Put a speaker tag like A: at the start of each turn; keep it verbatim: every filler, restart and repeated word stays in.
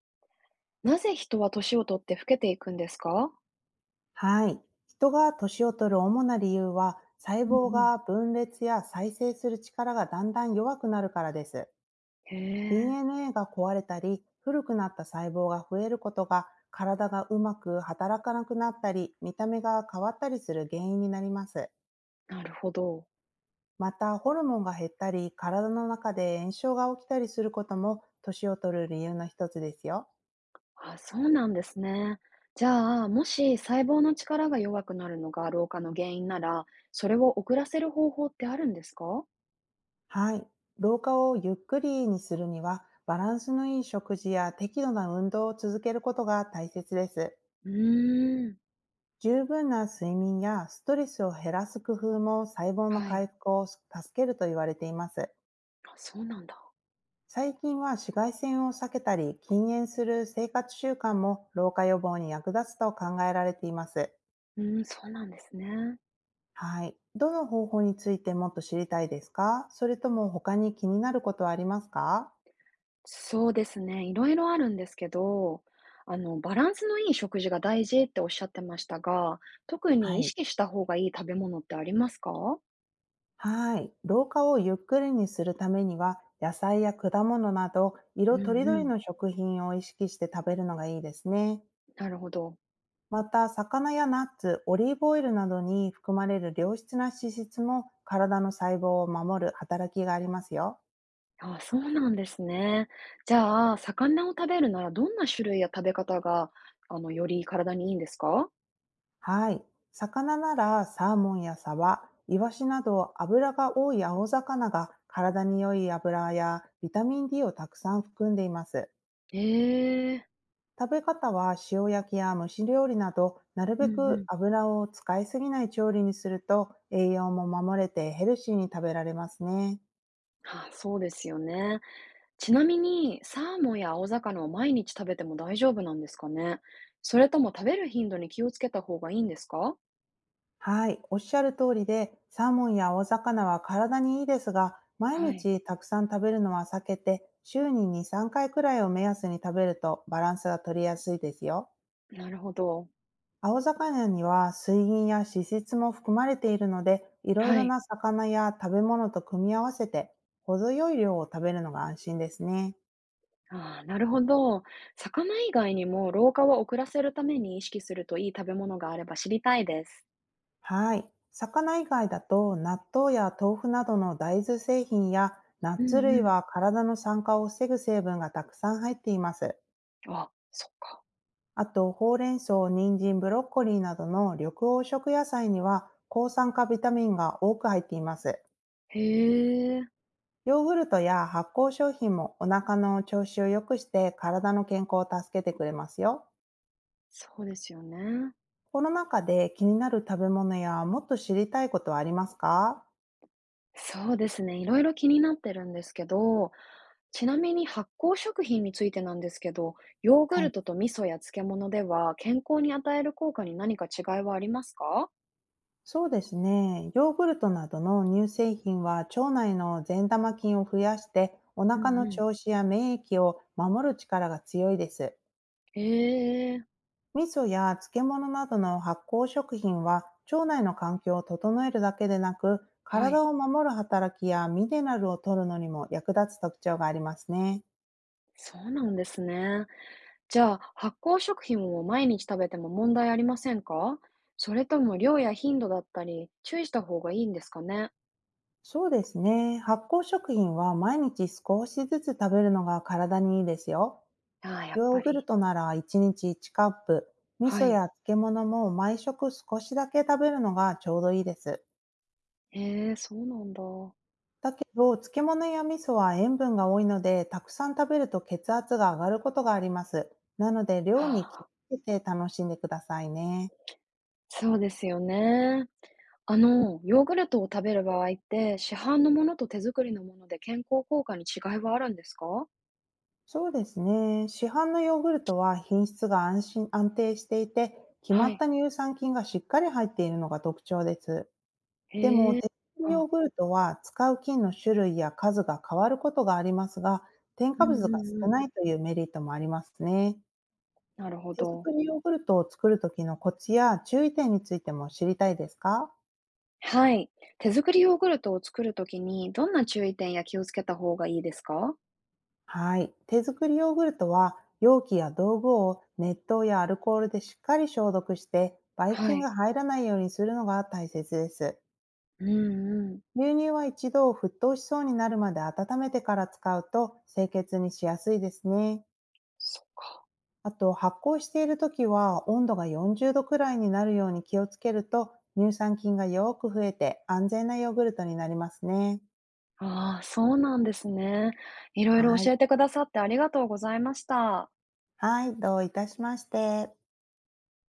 A: なぜ人は年を取って老けていくんですか？
B: はい。人が年を取る主な理由は、細
A: うん
B: 胞
A: うん。
B: が分裂や再生する力がだんだん弱くなるからです。
A: へえ、
B: ディーエヌエー が壊れたり、古くなった細胞が増えることが、体がうまく働かなくなったり、見た目が変わったりする原因になります。
A: なるほど。
B: また、ホルモンが減ったり、体の中で炎症が起きたりすることも、年を取る理由の一つですよ。
A: あ、そうなんですね。じゃあ、もし細胞の力が弱くなるのが老化の原因なら、それを遅らせる方法ってあるんですか？
B: はい。老化をゆっくりにするには、バランスのいい食事や適度な運動を続けることが大切です。
A: うーん、
B: 十分な睡眠やストレスを減らす工夫も細胞の
A: はい。
B: 回復を助けると言われています。
A: あ、そうなんだ。
B: 最近は紫外線を避けたり禁煙する生活習慣も老化予防に役立つと考えられています。
A: うーん、そうなんですね。
B: はい。どの方法についてもっと知りたいですか？それとも他に気になることはありますか？
A: そうですね、いろいろあるんですけど、あの、バランスのいい食事が大事っておっしゃってましたが、特に
B: は
A: 意
B: い。
A: 識した方がいい食べ物ってありますか？
B: はい。老化をゆっくりにするためには、野菜や果物など、
A: う
B: 色
A: ん
B: とりど
A: う
B: り
A: ん。
B: の食品を意識して食べるのがいいですね。
A: なるほど。
B: また、魚やナッツ、オリーブオイルなどに含まれる良質な脂質も、体の細胞を守る働きがありますよ。
A: あ、そうなんですね。じゃあ、魚を食べるならどんな種類や食べ方が、あの、より体にいいんですか？
B: はい。魚なら、サーモンやサバ、イワシなど、油が多い青魚が、体に良い油やビタミン D をたくさん含んでいます。
A: へえ。
B: 食べ方は塩焼きや蒸し料理など、なる
A: う
B: べ
A: んう
B: く
A: ん。
B: 油を使いすぎない調理にすると栄養も守れてヘルシーに食べられますね。
A: ああ、そうですよね。ちなみに、サーモンや青魚を毎日食べても大丈夫なんですかね？それとも食べる頻度に気をつけた方がいいんですか？
B: はい、おっしゃる通りで、サーモンや大魚は体にいいですが、毎
A: はい、
B: 日たくさん食べるのは避けて、週にに、さんかいくらいを目安に食べるとバランスが取りやすいですよ。
A: なるほど。
B: 青魚には水銀や脂質も含まれているので、いろい
A: は
B: ろ
A: い。
B: な魚や食べ物と組み合わせて、程よい量を食べるのが安心ですね。
A: ああ、なるほど。魚以外にも老化を遅らせるために意識するといい食べ物があれば知りたいです。
B: はい。魚以外だと、納豆や豆腐などの大豆製品や、ナ
A: う
B: ッツ
A: んう
B: 類
A: ん。
B: は体の酸化を防ぐ成分がたくさん入っています。
A: あ、そっか。
B: あと、ほうれん草、人参、ブロッコリーなどの緑黄色野菜には、抗酸化ビタミンが多く入っています。
A: へえ、
B: ヨーグルトや発酵商品もお腹の調子を良くして体の健康を助けてくれますよ。
A: そうですよね。
B: この中で気になる食べ物やもっと知りたいことはありますか？
A: そうですね、いろいろ気になってるんですけど、ちなみに発酵食品についてなんですけど、ヨーグ
B: は
A: ル
B: い。
A: トと味噌や漬物では健康に与える効果に何か違いはありますか？
B: そうですね。ヨーグルトなどの乳製品は腸内の善玉菌を増やしてお
A: う
B: 腹
A: ん
B: の
A: うん。
B: 調子や免疫を守る力が強いです。
A: へえ、
B: 味噌や漬物などの発酵食品は腸内の環境を整えるだけでなく
A: はい、
B: 体を守る働きやミネラルを取るのにも役立つ特徴がありますね。
A: そうなんですね。じゃあ、発酵食品を毎日食べても問題ありませんか？それとも量や頻度だったり、注意した方がいいんですかね？
B: そうですね。発酵食品は毎日少しずつ食べるのが体にいいですよ。
A: ああ、やっ
B: ヨー
A: ぱ
B: グル
A: り。
B: トならいちにちいちカップ、味
A: は
B: 噌
A: い。
B: や漬物も毎食少しだけ食べるのがちょうどいいです。
A: へえ、そうなんだ。
B: だけど、漬物や味噌は塩分が多いので、たくさん食べると血圧が上がることがあります。なので、
A: は
B: 量に気
A: あ、
B: をつけて楽しんでくださいね。
A: そうですよね。あの、ヨーグルトを食べる場合って、市販のものと手作りのもので健康効果に違いはあるんですか？
B: そうですね。市販のヨーグルトは品質が安心、安定していて、決
A: は
B: まっ
A: い。
B: た乳酸菌がしっかり入っているのが特徴です。でも、
A: へえ。
B: 手作りヨー
A: あ、
B: グルトは使う菌の種類や数が変わることがありますが、添
A: う
B: 加
A: んう
B: 物が
A: んう
B: 少
A: ん。
B: ないというメリットもありますね。
A: なるほ
B: 手
A: ど。
B: 作りヨーグルトを作る時のコツや注意点についても知りたいですか？
A: はい。手作りヨーグルトを作るときに、どんな注意点や気をつけた方がいいですか？
B: はい。手作りヨーグルトは容器や道具を熱湯やアルコールでしっかり消毒してばい
A: は
B: 菌
A: い。
B: が入らないようにするのが大切です。
A: うんうん。
B: 牛乳は一度沸騰しそうになるまで温めてから使うと清潔にしやすいですね。
A: そっか。
B: あと発酵している時は温度がよんじゅうどくらいになるように気をつけると乳酸菌がよく増えて安全なヨーグルトになりますね。
A: ああ、そうなんですね。いろいろ
B: はい。
A: 教えてくださってありがとうございました。
B: はい、どういたしまして。